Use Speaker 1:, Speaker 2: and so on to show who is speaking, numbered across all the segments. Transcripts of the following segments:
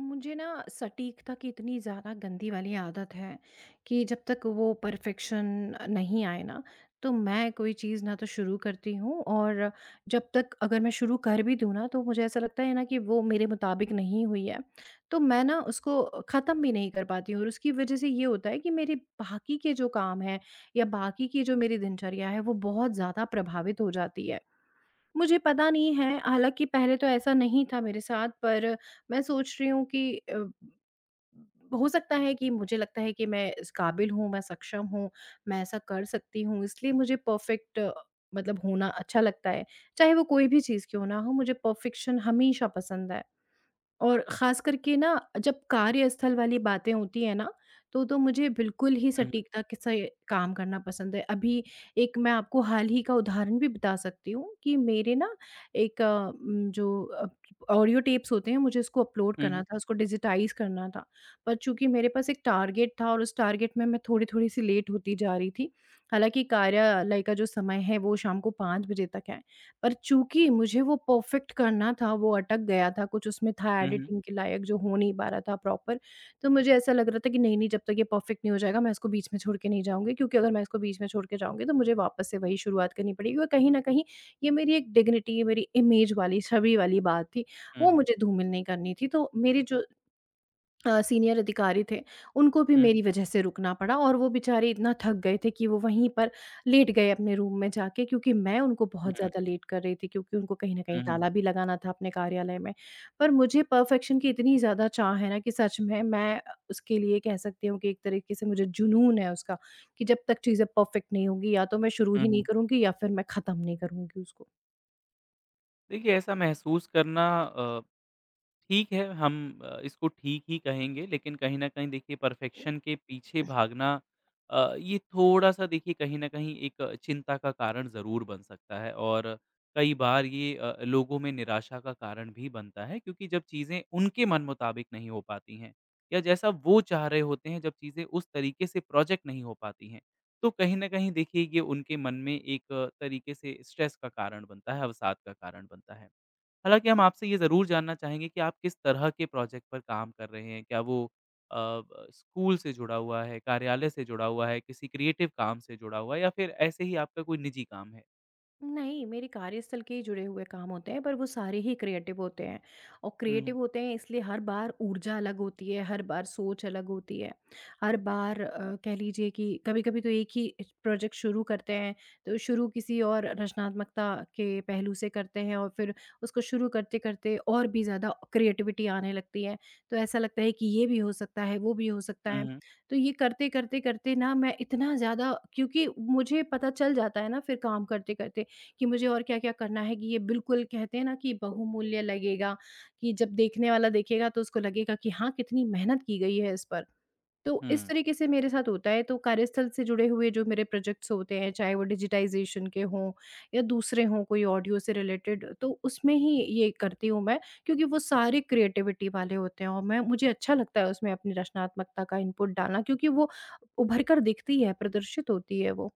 Speaker 1: मुझे ना सटीकता की इतनी ज़्यादा गंदी वाली आदत है कि जब तक वो परफेक्शन नहीं आए ना, तो मैं कोई चीज़ ना तो शुरू करती हूँ और जब तक अगर मैं शुरू कर भी दूँ ना, तो मुझे ऐसा लगता है ना कि वो मेरे मुताबिक नहीं हुई है, तो मैं ना उसको ख़त्म भी नहीं कर पाती हूँ और उसकी वजह से ये होता है कि मेरे बाकी के जो काम हैं या बाकी की जो मेरी दिनचर्या है, वो बहुत ज़्यादा प्रभावित हो जाती है। मुझे पता नहीं है, हालाँकि पहले तो ऐसा नहीं था मेरे साथ। पर मैं सोच रही हूँ कि हो सकता है कि मुझे लगता है कि मैं इस काबिल हूँ, मैं सक्षम हूँ, मैं ऐसा कर सकती हूँ, इसलिए मुझे परफ़ेक्ट मतलब होना अच्छा लगता है। चाहे वो कोई भी चीज़ क्यों ना हो, मुझे परफ़ेक्शन हमेशा पसंद है। और ख़ास करके ना जब कार्यस्थल वाली बातें होती हैं ना, तो मुझे बिल्कुल ही
Speaker 2: हुँ, हुँ।
Speaker 1: सटीकता के से काम करना पसंद है। अभी एक मैं आपको हाल ही का उदाहरण भी बता सकती हूँ कि मेरे ना एक जो ऑडियो टेप्स होते हैं, मुझे उसको अपलोड
Speaker 2: हुँ,
Speaker 1: करना था, उसको डिजिटाइज़ करना था। पर चूँकि मेरे पास एक टारगेट था और उस टारगेट में मैं थोड़ी-थोड़ी सी लेट होती जा रही थी। हालाँकि कार्यालय का जो समय है, वो शाम को 5 बजे तक है। और चूँकि मुझे वो परफ़ेक्ट करना था, वो अटक गया था, कुछ उसमें था
Speaker 2: हुँ।
Speaker 1: एडिटिंग के लायक जो हो नहीं पा रहा था प्रॉपर। तो मुझे ऐसा लग रहा था कि नहीं-नहीं, जब तक ये परफ़ेक्ट नहीं हो जाएगा, मैं इसको बीच में छोड़ के नहीं जाऊँगी, क्योंकि अगर मैं इसको बीच में छोड़ के जाऊँगी तो मुझे वापस से वही शुरुआत करनी पड़ेगी और कहीं न कहीं ये मेरी एक डिग्निटी, ये मेरी इमेज वाली, छवि वाली बात थी,
Speaker 2: हुँ,
Speaker 1: वो
Speaker 2: हुँ।
Speaker 1: मुझे धूमिल नहीं करनी थी। तो मेरी जो सीनियर अधिकारी थे, उनको भी
Speaker 2: हुँ, हुँ।
Speaker 1: मेरी वजह से रुकना पड़ा और वो बेचारे इतना थक गए थे कि वो वहीं पर लेट गए अपने रूम में जाके, क्योंकि मैं उनको बहुत
Speaker 2: हुँ,
Speaker 1: ज़्यादा लेट कर रही थी, क्योंकि उनको कहीं न कहीं
Speaker 2: हुँ, हुँ, हुँ,
Speaker 1: ताला भी लगाना था अपने कार्यालय में। पर मुझे परफ़ेक्शन की इतनी ज़्यादा चाह है ना कि सच में मैं उसके लिए कह सकती हूँ कि एक तरीके से मुझे जुनून है उसका, कि जब तक चीज़ें परफ़ेक्ट नहीं होंगी या तो मैं शुरू
Speaker 2: हुँ,
Speaker 1: ही नहीं
Speaker 2: हुँ।
Speaker 1: करूँगी या फिर मैं ख़त्म नहीं करूँगी उसको।
Speaker 2: देखिए ऐसा महसूस करना ठीक है, हम इसको ठीक ही कहेंगे, लेकिन कहीं न कहीं देखिए परफ़ेक्शन के पीछे भागना ये थोड़ा-सा देखिए कहीं न कहीं एक चिंता का कारण ज़रूर बन सकता है और कई बार ये लोगों में निराशा का कारण भी बनता है क्योंकि जब चीज़ें उनके मन मुताबिक नहीं हो पाती हैं या जैसा वो चाह रहे होते हैं, जब चीज़ें उस तरीके से प्रोजेक्ट नहीं हो पाती हैं, तो कहीं न कहीं देखिए ये उनके मन में एक तरीके से स्ट्रेस का कारण बनता है, अवसाद का कारण बनता है। हालाँकि हम आपसे ये ज़रूर जानना चाहेंगे कि आप किस तरह के प्रोजेक्ट पर काम कर रहे हैं? क्या वो अ, ब स्कूल से जुड़ा हुआ है, कार्यालय से जुड़ा हुआ है, किसी क्रिएटिव काम से जुड़ा हुआ है या फिर ऐसे ही आपका कोई निजी काम है?
Speaker 1: नहीं, मेरे कार्यस्थल के ही जुड़े हुए काम होते हैं, पर वो सारे ही क्रिएटिव होते हैं और
Speaker 2: हुँ, हुँ।
Speaker 1: क्रिएटिव होते हैं, इसलिए हर बार ऊर्जा अलग होती है, हर बार सोच अलग होती है। हर बार कह लीजिए कि कभी-कभी तो एक ही प्रोजेक्ट शुरू करते हैं, तो शुरू किसी और रचनात्मकता के पहलू से करते हैं और फिर उसको शुरू करते-करते और भी ज़्यादा क्रिएटिविटी आने लगती है। तो ऐसा लगता है कि ये भी हो सकता है, वो भी हो सकता
Speaker 2: हुँ,
Speaker 1: है।
Speaker 2: हुँ।
Speaker 1: तो ये करते-करते करते करते ना मैं इतना ज़्यादा, क्योंकि मुझे पता चल जाता है ना फिर काम करते-करते कि मुझे और क्या-क्या करना है कि ये बिल्कुल कहते हैं ना कि बहुमूल्य लगेगा, कि जब देखने वाला देखेगा तो उसको लगेगा कि हाँ, कितनी मेहनत की गई है इस पर। तो इस
Speaker 2: हुँ।
Speaker 1: तरीके से मेरे साथ होता है, तो कार्यस्थल से जुड़े हुए जो मेरे प्रोजेक्ट्स होते हैं, चाहे वो डिजिटाइज़ेशन के हों या दूसरे हों कोई ऑडियो से रिलेटेड, तो उसमें ही ये करती हूँ मैं, क्योंकि वो सारे क्रिएटिविटी वाले होते हैं और मैं मुझे अच्छा लगता है उसमें अपनी रचनात्मकता का इनपुट डालना, क्योंकि वो उभर कर दिखती है, प्रदर्शित होती है वो।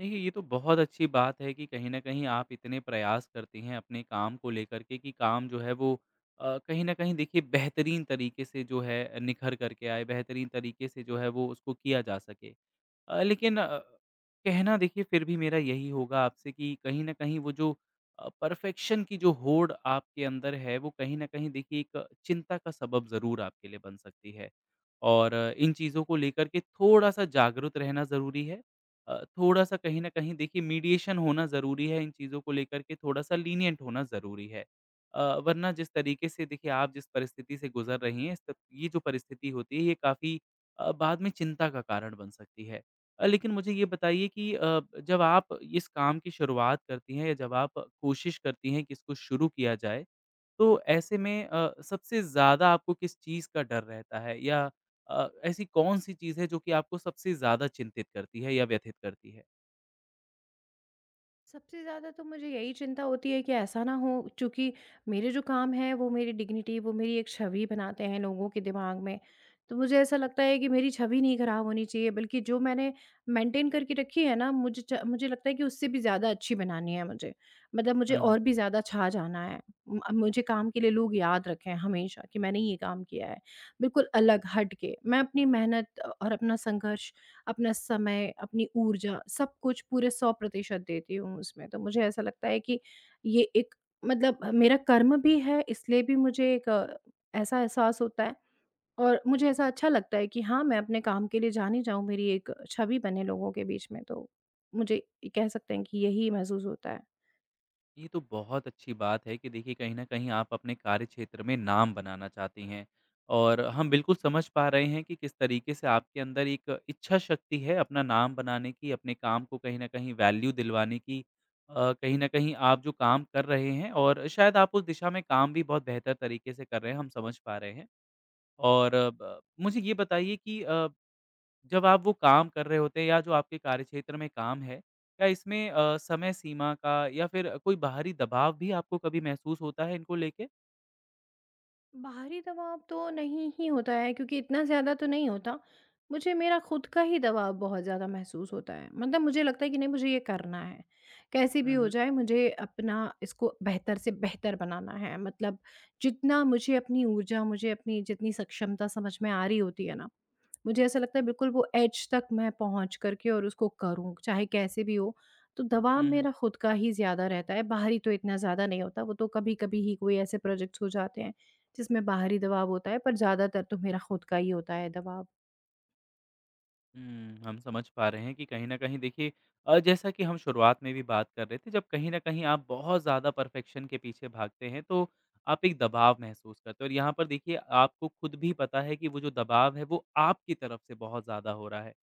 Speaker 2: देखिए, ये तो बहुत अच्छी बात है कि कहीं न कहीं आप इतने प्रयास करती हैं अपने काम को लेकर के कि काम जो है वो कहीं न कहीं देखिए बेहतरीन तरीके से जो है निखर कर के आए, बेहतरीन तरीके से जो है वो उसको किया जा सके। लेकिन कहना देखिए फिर भी मेरा यही होगा आपसे कि कहीं न कहीं वो जो परफ़ेक्शन की जो होड़ आपके अंदर है, वो कहीं न कहीं देखिए एक चिंता का सबब ज़रूर आपके लिए बन सकती है। और इन चीज़ों को लेकर के थोड़ा-सा जागरूक रहना ज़रूरी है। थोड़ा-सा कहीं न कहीं देखिए मीडिएशन होना ज़रूरी है, इन चीज़ों को लेकर के थोड़ा-सा लीनिएंट होना ज़रूरी है। अ, वरना जिस तरीके से देखिए आप जिस परिस्थिति से गुज़र रही हैं, इस त ये जो परिस्थिति होती है, ये काफ़ी बाद में चिंता का कारण बन सकती है। लेकिन मुझे ये बताइए कि जब आप इस काम की शुरुआत करती हैं या जब आप कोशिश करती हैं कि इसको शुरू किया जाए, तो ऐसे में सबसे ज़्यादा आपको किस चीज़ का डर रहता है? या ऐसी कौन-सी चीज़ है जो कि आपको सबसे ज़्यादा चिंतित करती है या व्यथित करती है?
Speaker 1: सबसे ज़्यादा तो मुझे यही चिंता होती है कि ऐसा ना हो, चूँकि मेरे जो काम हैं वो मेरी डिग्निटी, वो मेरी एक छवि बनाते हैं लोगों के दिमाग में। तो मुझे ऐसा लगता है कि मेरी छवि नहीं खराब होनी चाहिए, बल्कि जो मैंने मेंटेन करके रखी है ना, मुझे लगता है कि उससे भी ज़्यादा अच्छी बनानी है मुझे। मतलब मुझे
Speaker 2: हुँ, हुँ।
Speaker 1: और भी ज़्यादा छा जाना है। अब मुझे काम के लिए लोग याद रखें हमेशा कि मैंने ये काम किया है। बिल्कुल अलग हट के मैं अपनी मेहनत और अपना संघर्ष, अपना समय, अपनी ऊर्जा सब कुछ पूरे 100% देती हूँ उसमें। तो मुझे ऐसा लगता है कि ये एक मतलब मेरा कर्म भी है, इसलिए भी मुझे एक ऐसा एहसास होता है और मुझे ऐसा अच्छा लगता है कि हाँ, मैं अपने काम के लिए जानी जाऊँ, मेरी एक छवि बने लोगों के बीच में। तो मुझे ये कह सकते हैं कि यही महसूस होता है।
Speaker 2: ये तो बहुत अच्छी बात है कि देखिए कहीं न कहीं आप अपने कार्य क्षेत्र में नाम बनाना चाहती हैं। और हम बिल्कुल समझ पा रहे हैं कि किस तरीके से आपके अंदर एक इच्छा शक्ति है अपना नाम बनाने की, अपने काम को कहीं न कहीं वैल्यू दिलवाने की। कहीं न कहीं आप जो काम कर रहे हैं और शायद आप उस दिशा में काम भी बहुत बेहतर तरीके से कर रहे हैं, हम समझ पा रहे हैं। और अ, ब मुझे ये बताइए कि जब आप वो काम कर रहे होते हैं या जो आपके कार्यक्षेत्र में काम है, क्या इसमें समय सीमा का या फिर कोई बाहरी दबाव भी आपको कभी महसूस होता है इनको लेके?
Speaker 1: बाहरी दबाव तो नहीं ही होता है, क्योंकि इतना ज़्यादा तो नहीं होता। मुझे मेरा खुद का ही दबाव बहुत ज़्यादा महसूस होता है। मतलब मुझे लगता है कि नहीं, मुझे ये करना है। कैसे भी
Speaker 2: हुँ,
Speaker 1: हो
Speaker 2: हुँ।
Speaker 1: जाए मुझे अपना इसको बेहतर से बेहतर बनाना है। मतलब जितना मुझे अपनी ऊर्जा, मुझे अपनी जितनी सक्षमता समझ में आ रही होती है ना, मुझे ऐसा लगता है बिल्कुल वो एज तक मैं पहुँच कर के और उसको करूँ, चाहे कैसे भी हो। तो दबाव
Speaker 2: हुँ, हुँ।
Speaker 1: मेरा खुद का ही ज़्यादा रहता है, बाहरी तो इतना ज़्यादा नहीं होता, वो तो कभी-कभी ही कोई ऐसे प्रोजेक्ट्स हो जाते हैं, जिसमें बाहरी दबाव होता है, पर ज़्यादातर तो मेरा खुद का ही होता है दबाव।
Speaker 2: हुँ, हम समझ पा रहे हैं कि कहीं न कहीं देखिए जैसा कि हम शुरुआत में भी बात कर रहे थे, जब कहीं न कहीं आप बहुत ज़्यादा परफेक्शन के पीछे भागते हैं, तो आप एक दबाव महसूस करते हो और यहाँ पर देखिए आपको खुद भी पता है कि वो जो दबाव है, वो आपकी तरफ से बहुत ज़्यादा हो रहा है।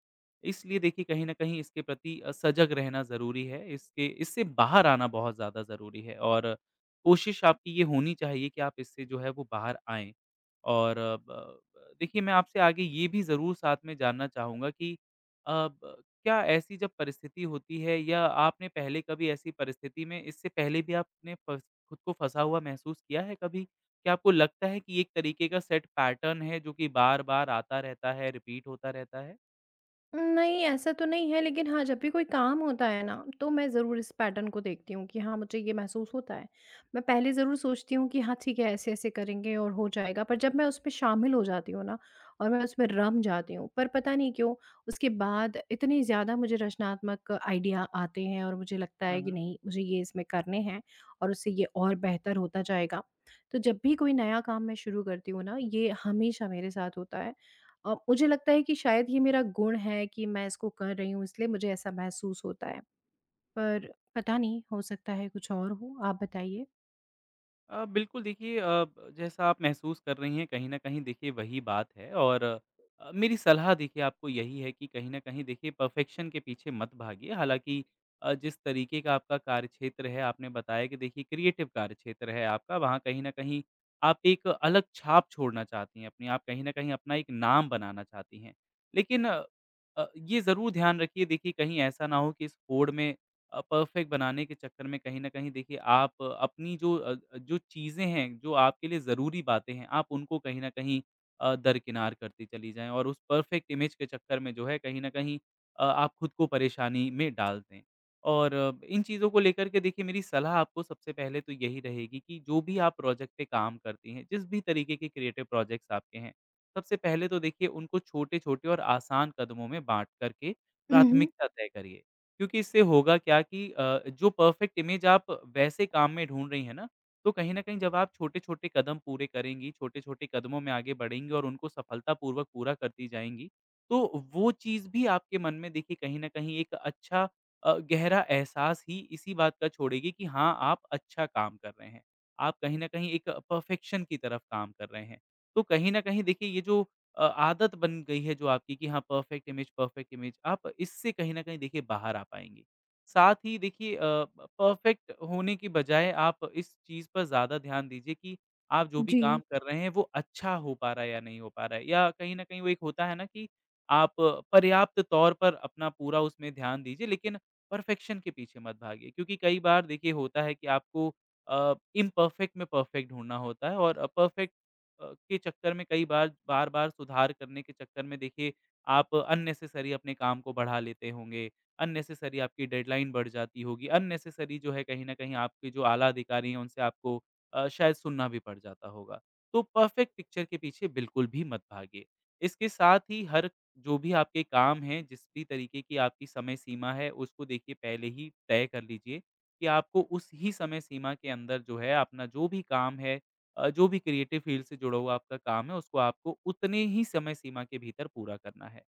Speaker 2: इसलिए देखिए कहीं न कहीं इसके प्रति सजग रहना ज़रूरी है, इसके इससे बाहर आना बहुत ज़्यादा ज़रूरी है और कोशिश आपकी ये होनी चाहिए कि आप इससे जो है वो बाहर आएँ। और अ, ब ब देखिए मैं आपसे आगे ये भी ज़रूर साथ में जानना चाहूँगा कि अ, ब क्या ऐसी जब परिस्थिति होती है या आपने पहले कभी ऐसी परिस्थिति में इससे पहले भी आपने फँस खुद को फँसा हुआ महसूस किया है कभी? क्या आपको लगता है कि एक तरीके का सेट पैटर्न है जो कि बार-बार आता रहता है, रिपीट होता रहता है?
Speaker 1: नहीं, ऐसा तो नहीं है, लेकिन हाँ, जब भी कोई काम होता है ना, तो मैं ज़रूर इस पैटर्न को देखती हूँ कि हाँ, मुझे ये महसूस होता है। मैं पहले ज़रूर सोचती हूँ कि हाँ, ठीक है ऐसे-ऐसे करेंगे और हो जाएगा, पर जब मैं उसमें शामिल हो जाती हूँ ना और मैं उसमें रम जाती हूँ, पर पता नहीं क्यों उसके बाद इतने ज़्यादा मुझे रचनात्मक आइडिया आते हैं और मुझे लगता
Speaker 2: हुँ,
Speaker 1: है कि
Speaker 2: हुँ।
Speaker 1: नहीं, मुझे ये इसमें करने हैं और उससे ये और बेहतर होता जाएगा। तो जब भी कोई नया काम मैं शुरू करती हूँ ना, ये हमेशा मेरे साथ होता है। मुझे लगता है कि शायद ये मेरा गुण है कि मैं इसको कर रही हूँ, इसलिए मुझे ऐसा महसूस होता है। पर पता नहीं, हो सकता है कुछ और हो, आप बताइए?
Speaker 2: बिल्कुल देखिए अ, ब जैसा आप महसूस कर रही हैं कहीं न कहीं देखिए वही बात है और मेरी सलाह देखिए आपको यही है कि कहीं न कहीं देखिए परफ़ेक्शन के पीछे मत भागिए। हालाँकि जिस तरीके का आपका कार्यक्षेत्र है आपने बताया कि देखिए क्रिएटिव कार्यक्षेत्र है आपका, वहाँ कहीं न कहीं आप एक अलग छाप छोड़ना चाहती हैं अपनी, आप कहीं न कहीं अपना एक नाम बनाना चाहती हैं। लेकिन ये ज़रूर ध्यान रखिए देखिए कहीं ऐसा ना हो कि इस होड़ में परफेक्ट बनाने के चक्कर में कहीं न कहीं देखिए आप अपनी जो चीज़ें हैं, जो आपके लिए ज़रूरी बातें हैं, आप उनको कहीं न कहीं दरकिनार करती चली जाएँ और उस परफेक्ट इमेज के चक्कर में जो है कहीं न कहीं आप खुद को परेशानी में डाल दें। और इन चीज़ों को लेकर के देखिए मेरी सलाह आपको सबसे पहले तो यही रहेगी कि जो भी आप प्रोजेक्ट पे काम करती हैं, जिस भी तरीके के क्रिएटिव प्रोजेक्ट्स आपके हैं, सबसे पहले तो देखिए उनको छोटे-छोटे और आसान कदमों में बाँट कर के
Speaker 1: उहुँ।
Speaker 2: प्राथमिकता तय करिए। क्योंकि इससे होगा क्या कि जो परफेक्ट इमेज आप वैसे काम में ढूँढ रही हैं ना, तो कहीं न कहीं जब आप छोटे-छोटे कदम पूरे करेंगी, छोटे-छोटे कदमों में आगे बढ़ेंगी और उनको सफलतापूर्वक पूरा करती जाएँगी, तो वो चीज़ भी आपके मन में देखिए कहीं न कहीं एक अच्छा गहरा एहसास ही इसी बात का छोड़ेगी कि हाँ, आप अच्छा काम कर रहे हैं। आप कहीं न कहीं एक परफेक्शन की तरफ काम कर रहे हैं। तो कहीं न कहीं देखिए ये जो आदत बन गई है जो आपकी कि हाँ, परफ़ेक्ट इमेज, आप इससे कहीं न कहीं देखिए बाहर आ पाएँगे। साथ ही देखिए अ, ब परफ़ेक्ट होने की बजाय आप इस चीज़ पर ज़्यादा ध्यान दीजिए कि आप जो भी
Speaker 1: जी।
Speaker 2: काम कर रहे हैं, वो अच्छा हो पा रहा है या नहीं हो पा रहा है। या कहीं न कहीं वो एक होता है ना कि आप पर्याप्त तौर पर अपना पूरा उसमें ध्यान दीजिए, लेकिन परफ़ेक्शन के पीछे मत भागिए। क्योंकि कई बार देखिए होता है कि आपको इम्परफ़ेक्ट में परफ़ेक्ट ढूँढना होता है और परफ़ेक्ट के चक्कर में कई बार बार-बार सुधार करने के चक्कर में देखिए आप अननेसेसरी अपने काम को बढ़ा लेते होंगे, अननेसेसरी आपकी डेडलाइन बढ़ जाती होगी, अननेसेसरी जो है कहीं न कहीं आपके जो आला अधिकारी हैं उनसे आपको शायद सुनना भी पड़ जाता होगा। तो परफेक्ट पिक्चर के पीछे बिल्कुल भी मत भागिए। इसके साथ ही हर जो भी आपके काम हैं, जिस भी तरीके की आपकी समय सीमा है उसको देखिए पहले ही तय कर लीजिए कि आपको उस ही समय सीमा के अंदर जो है अपना जो भी काम है जो भी क्रिएटिव फ़ील्ड से जुड़ा हुआ आपका काम है, उसको आपको उतने ही समय सीमा के भीतर पूरा करना है।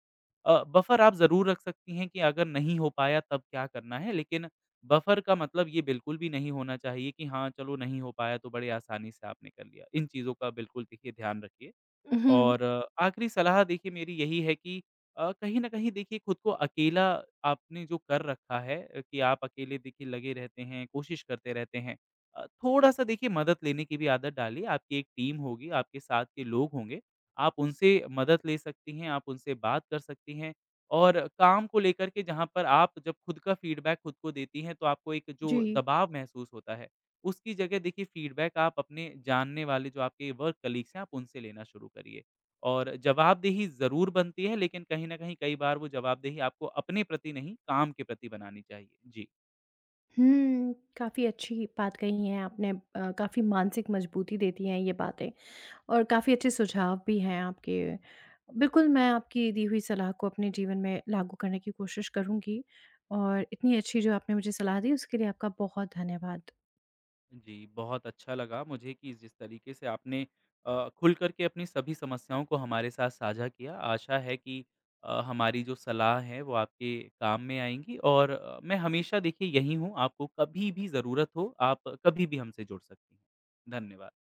Speaker 2: बफर आप ज़रूर रख सकती हैं कि अगर नहीं हो पाया तब क्या करना है, लेकिन बफर का मतलब ये बिल्कुल भी नहीं होना चाहिए कि हाँ, चलो नहीं हो पाया तो बड़े आसानी से आपने कर लिया। इन चीज़ों का बिल्कुल देखिए ध्यान रखिए।
Speaker 1: उहुँ।
Speaker 2: और आखिरी सलाह देखिए मेरी यही है कि कहीं न कहीं देखिए खुद को अकेला आपने जो कर रखा है कि आप अकेले देखिए लगे रहते हैं, कोशिश करते रहते हैं। थोड़ा-सा देखिए मदद लेने की भी आदत डालिए, आपकी एक टीम होगी, आपके साथ के लोग होंगे, आप उनसे मदद ले सकती हैं, आप उनसे बात कर सकती हैं और काम को लेकर के जहाँ पर आप जब खुद का फीडबैक खुद को देती हैं, तो आपको एक जो
Speaker 1: जी।
Speaker 2: दबाव महसूस होता है उसकी जगह देखिए फ़ीडबैक आप अपने जानने वाले जो आपके वर्क कलीग्स हैं, आप उनसे लेना शुरू करिए। और जवाबदेही ज़रूर बनती है, लेकिन कहीं न कहीं कई बार वो जवाबदेही आपको अपने प्रति नहीं, काम के प्रति बनानी चाहिए। जी।
Speaker 1: हुँ, काफ़ी अच्छी बात कही है आपने, काफ़ी मानसिक मजबूती देती हैं ये बातें और काफ़ी अच्छे सुझाव भी हैं आपके। बिल्कुल, मैं आपकी दी हुई सलाह को अपने जीवन में लागू करने की कोशिश करूँगी और इतनी अच्छी जो आपने मुझे सलाह दी उसके लिए आपका बहुत धन्यवाद।
Speaker 2: जी, बहुत अच्छा लगा मुझे कि जिस तरीके से आपने खुल कर के अपनी सभी समस्याओं को हमारे साथ साझा किया। आशा है कि हमारी जो सलाह है वो आपके काम में आएँगी और मैं हमेशा देखिए यहीं हूँ, आपको कभी भी ज़रूरत हो, आप कभी भी हमसे जुड़ सकती हैं। धन्यवाद।